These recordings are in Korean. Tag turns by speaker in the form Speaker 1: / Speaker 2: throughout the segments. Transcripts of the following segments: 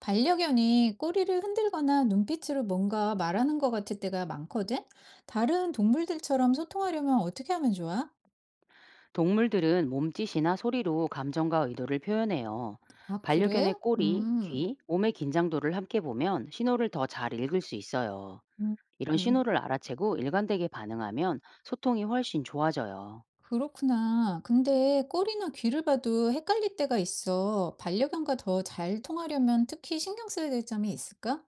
Speaker 1: 반려견이 꼬리를 흔들거나 눈빛으로 뭔가 말하는 것 같을 때가 많거든? 다른 동물들처럼 소통하려면 어떻게 하면 좋아?
Speaker 2: 동물들은 몸짓이나 소리로 감정과 의도를 표현해요.
Speaker 1: 아,
Speaker 2: 반려견의
Speaker 1: 그래?
Speaker 2: 꼬리,
Speaker 1: 음,
Speaker 2: 귀, 몸의 긴장도를 함께 보면 신호를 더 잘 읽을 수 있어요.
Speaker 1: 음,
Speaker 2: 이런
Speaker 1: 음.
Speaker 2: 신호를 알아채고 일관되게 반응하면 소통이 훨씬 좋아져요.
Speaker 1: 그렇구나. 근데 꼬리나 귀를 봐도 헷갈릴 때가 있어. 반려견과 더 잘 통하려면 특히 신경 써야 될 점이 있을까?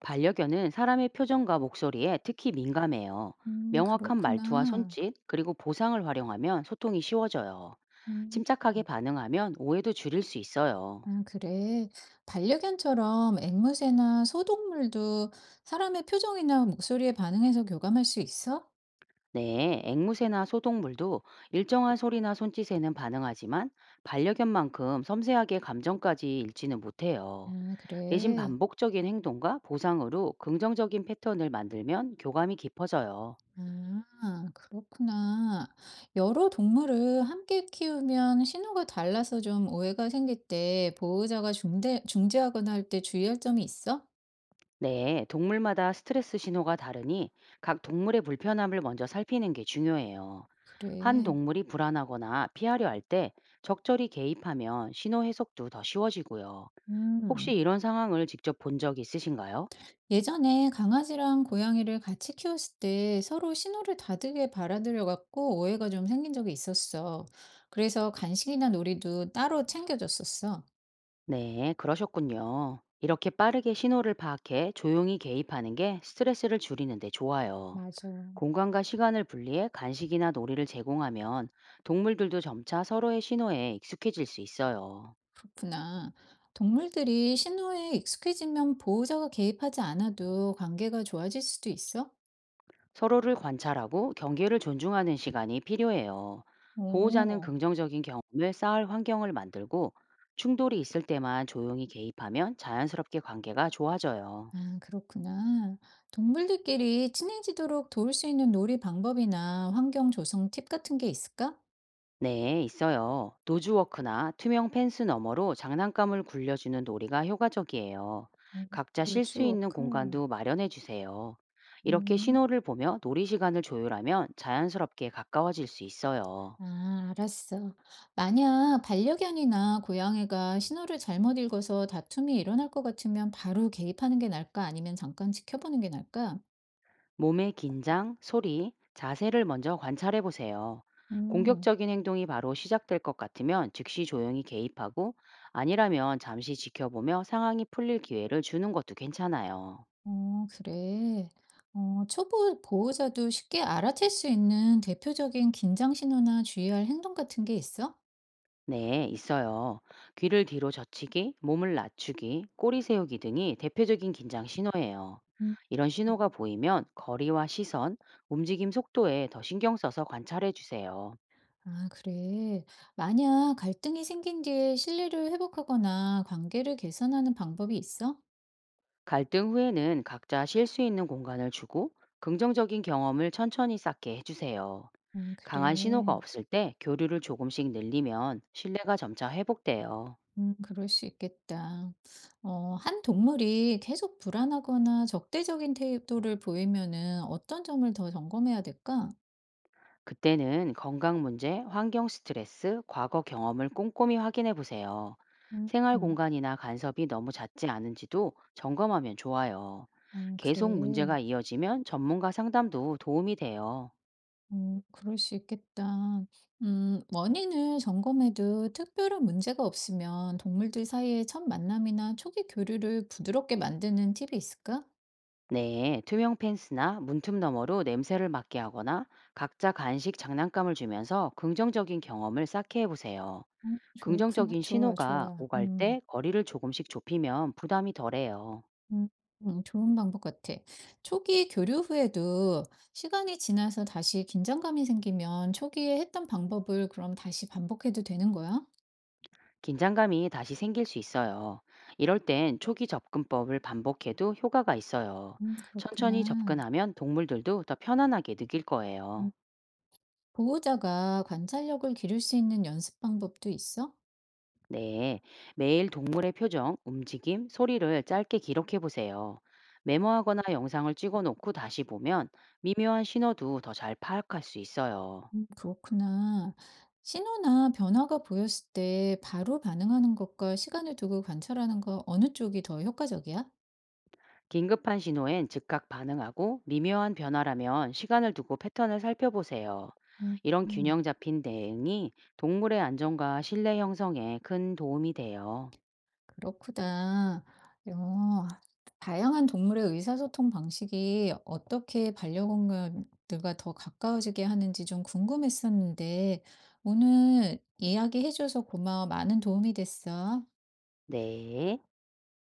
Speaker 2: 반려견은 사람의 표정과 목소리에 특히 민감해요. 명확한 말투와
Speaker 1: 그렇구나.
Speaker 2: 손짓, 그리고 보상을 활용하면 소통이 쉬워져요.
Speaker 1: 음,
Speaker 2: 침착하게 반응하면 오해도 줄일 수 있어요.
Speaker 1: 아, 그래. 반려견처럼 앵무새나 소동물도 사람의 표정이나 목소리에 반응해서 교감할 수 있어?
Speaker 2: 네, 앵무새나 소동물도 일정한 소리나 손짓에는 반응하지만 반려견만큼 섬세하게 감정까지 읽지는 못해요.
Speaker 1: 아
Speaker 2: 대신
Speaker 1: 그래.
Speaker 2: 반복적인 행동과 보상으로 긍정적인 패턴을 만들면 교감이 깊어져요.
Speaker 1: 아 그렇구나. 여러 동물을 함께 키우면 신호가 달라서 좀 오해가 생길 때 보호자가 중재하거나 할 때 주의할 점이 있어?
Speaker 2: 네, 동물마다 스트레스 신호가 다르니 각 동물의 불편함을 먼저 살피는 게 중요해요. 한
Speaker 1: 그래.
Speaker 2: 동물이 불안하거나 피하려 할 때 적절히 개입하면 신호 해석도 더 쉬워지고요. 혹시
Speaker 1: 음.
Speaker 2: 이런 상황을 직접 본 적 있으신가요?
Speaker 1: 예전에 강아지랑 고양이를 같이 키웠을 때 서로 신호를 다르게 받아들여갖고 오해가 좀 생긴 적이 있었어. 그래서 간식이나 놀이도 따로 챙겨줬었어.
Speaker 2: 네, 그러셨군요. 이렇게 빠르게 신호를 파악해 조용히 개입하는 게 스트레스를 줄이는데 좋아요.
Speaker 1: 맞아.
Speaker 2: 공간과 시간을 분리해 간식이나 놀이를 제공하면 동물들도 점차 서로의 신호에 익숙해질 수 있어요.
Speaker 1: 그렇구나. 동물들이 신호에 익숙해지면 보호자가 개입하지 않아도 관계가 좋아질 수도 있어?
Speaker 2: 서로를 관찰하고 경계를 존중하는 시간이 필요해요. 보호자는
Speaker 1: 오,
Speaker 2: 긍정적인 경험을 쌓을 환경을 만들고 충돌이 있을 때만 조용히 개입하면 자연스럽게 관계가 좋아져요.
Speaker 1: 아, 그렇구나. 동물들끼리 친해지도록 도울 수 있는 놀이 방법이나 환경 조성 팁 같은 게 있을까?
Speaker 2: 네, 있어요. 노즈워크나 투명 펜스 너머로 장난감을 굴려주는 놀이가 효과적이에요.
Speaker 1: 음,
Speaker 2: 각자 쉴 수 있는
Speaker 1: 노즈워크.
Speaker 2: 공간도 마련해 주세요. 이렇게
Speaker 1: 음,
Speaker 2: 신호를 보며 놀이 시간을 조율하면 자연스럽게 가까워질 수 있어요.
Speaker 1: 아, 알았어. 만약 반려견이나 고양이가 신호를 잘못 읽어서 다툼이 일어날 것 같으면 바로 개입하는 게 나을까? 아니면 잠깐 지켜보는 게 나을까?
Speaker 2: 몸의 긴장, 소리, 자세를 먼저 관찰해 보세요.
Speaker 1: 음.
Speaker 2: 공격적인 행동이 바로 시작될 것 같으면 즉시 조용히 개입하고 아니라면 잠시 지켜보며 상황이 풀릴 기회를 주는 것도 괜찮아요.
Speaker 1: 어, 그래. 초보 보호자도 쉽게 알아챌 수 있는 대표적인 긴장 신호나 주의할 행동 같은 게 있어?
Speaker 2: 네, 있어요. 귀를 뒤로 젖히기, 몸을 낮추기, 꼬리 세우기 등이 대표적인 긴장 신호예요.
Speaker 1: 음,
Speaker 2: 이런 신호가 보이면 거리와 시선, 움직임 속도에 더 신경 써서 관찰해 주세요.
Speaker 1: 아, 그래. 만약 갈등이 생긴 뒤에 신뢰를 회복하거나 관계를 개선하는 방법이 있어?
Speaker 2: 갈등 후에는 각자 쉴 수 있는 공간을 주고 긍정적인 경험을 천천히 쌓게 해주세요. 강한 신호가
Speaker 1: 그래.
Speaker 2: 없을 때 교류를 조금씩 늘리면 신뢰가 점차 회복돼요.
Speaker 1: 그럴 수 있겠다. 한 동물이 계속 불안하거나 적대적인 태도를 보이면은 어떤 점을 더 점검해야 될까?
Speaker 2: 그때는 건강 문제, 환경 스트레스, 과거 경험을 꼼꼼히 확인해 보세요.
Speaker 1: 음,
Speaker 2: 생활
Speaker 1: 음.
Speaker 2: 공간이나 간섭이 너무 잦지 않은지도 점검하면 좋아요. 계속
Speaker 1: 그래.
Speaker 2: 문제가 이어지면 전문가 상담도 도움이 돼요.
Speaker 1: 그럴 수 있겠다. 원인을 점검해도 특별한 문제가 없으면 동물들 사이의 첫 만남이나 초기 교류를 부드럽게 만드는 팁이 있을까?
Speaker 2: 네, 투명 펜스나 문틈 너머로 냄새를 맡게 하거나 각자 간식 장난감을 주면서 긍정적인 경험을 쌓게 해보세요.
Speaker 1: 좋구나.
Speaker 2: 긍정적인
Speaker 1: 좋아,
Speaker 2: 신호가
Speaker 1: 좋아.
Speaker 2: 오갈
Speaker 1: 음.
Speaker 2: 때 거리를 조금씩 좁히면 부담이 덜해요.
Speaker 1: 음. 좋은 방법 같아. 초기 교류 후에도 시간이 지나서 다시 긴장감이 생기면 초기에 했던 방법을 그럼 다시 반복해도 되는 거야?
Speaker 2: 긴장감이 다시 생길 수 있어요. 이럴 땐 초기 접근법을 반복해도 효과가 있어요. 천천히
Speaker 1: 그렇구나.
Speaker 2: 접근하면 동물들도 더 편안하게 느낄 거예요.
Speaker 1: 음 보호자가 관찰력을 기를 수 있는 연습 방법도 있어?
Speaker 2: 네. 매일 동물의 표정, 움직임, 소리를 짧게 기록해 보세요. 메모하거나 영상을 찍어 놓고 다시 보면 미묘한 신호도 더 잘 파악할 수 있어요.
Speaker 1: 그렇구나. 신호나 변화가 보였을 때 바로 반응하는 것과 시간을 두고 관찰하는 것 어느 쪽이 더 효과적이야?
Speaker 2: 긴급한 신호엔 즉각 반응하고 미묘한 변화라면 시간을 두고 패턴을 살펴보세요.
Speaker 1: 음,
Speaker 2: 이런 균형
Speaker 1: 음,
Speaker 2: 잡힌 대응이 동물의 안정과 신뢰 형성에 큰 도움이 돼요.
Speaker 1: 그렇구나. 어, 다양한 동물의 의사소통 방식이 어떻게 반려동물들과 더 가까워지게 하는지 좀 궁금했었는데 오늘 이야기해줘서 고마워. 많은 도움이 됐어.
Speaker 2: 네.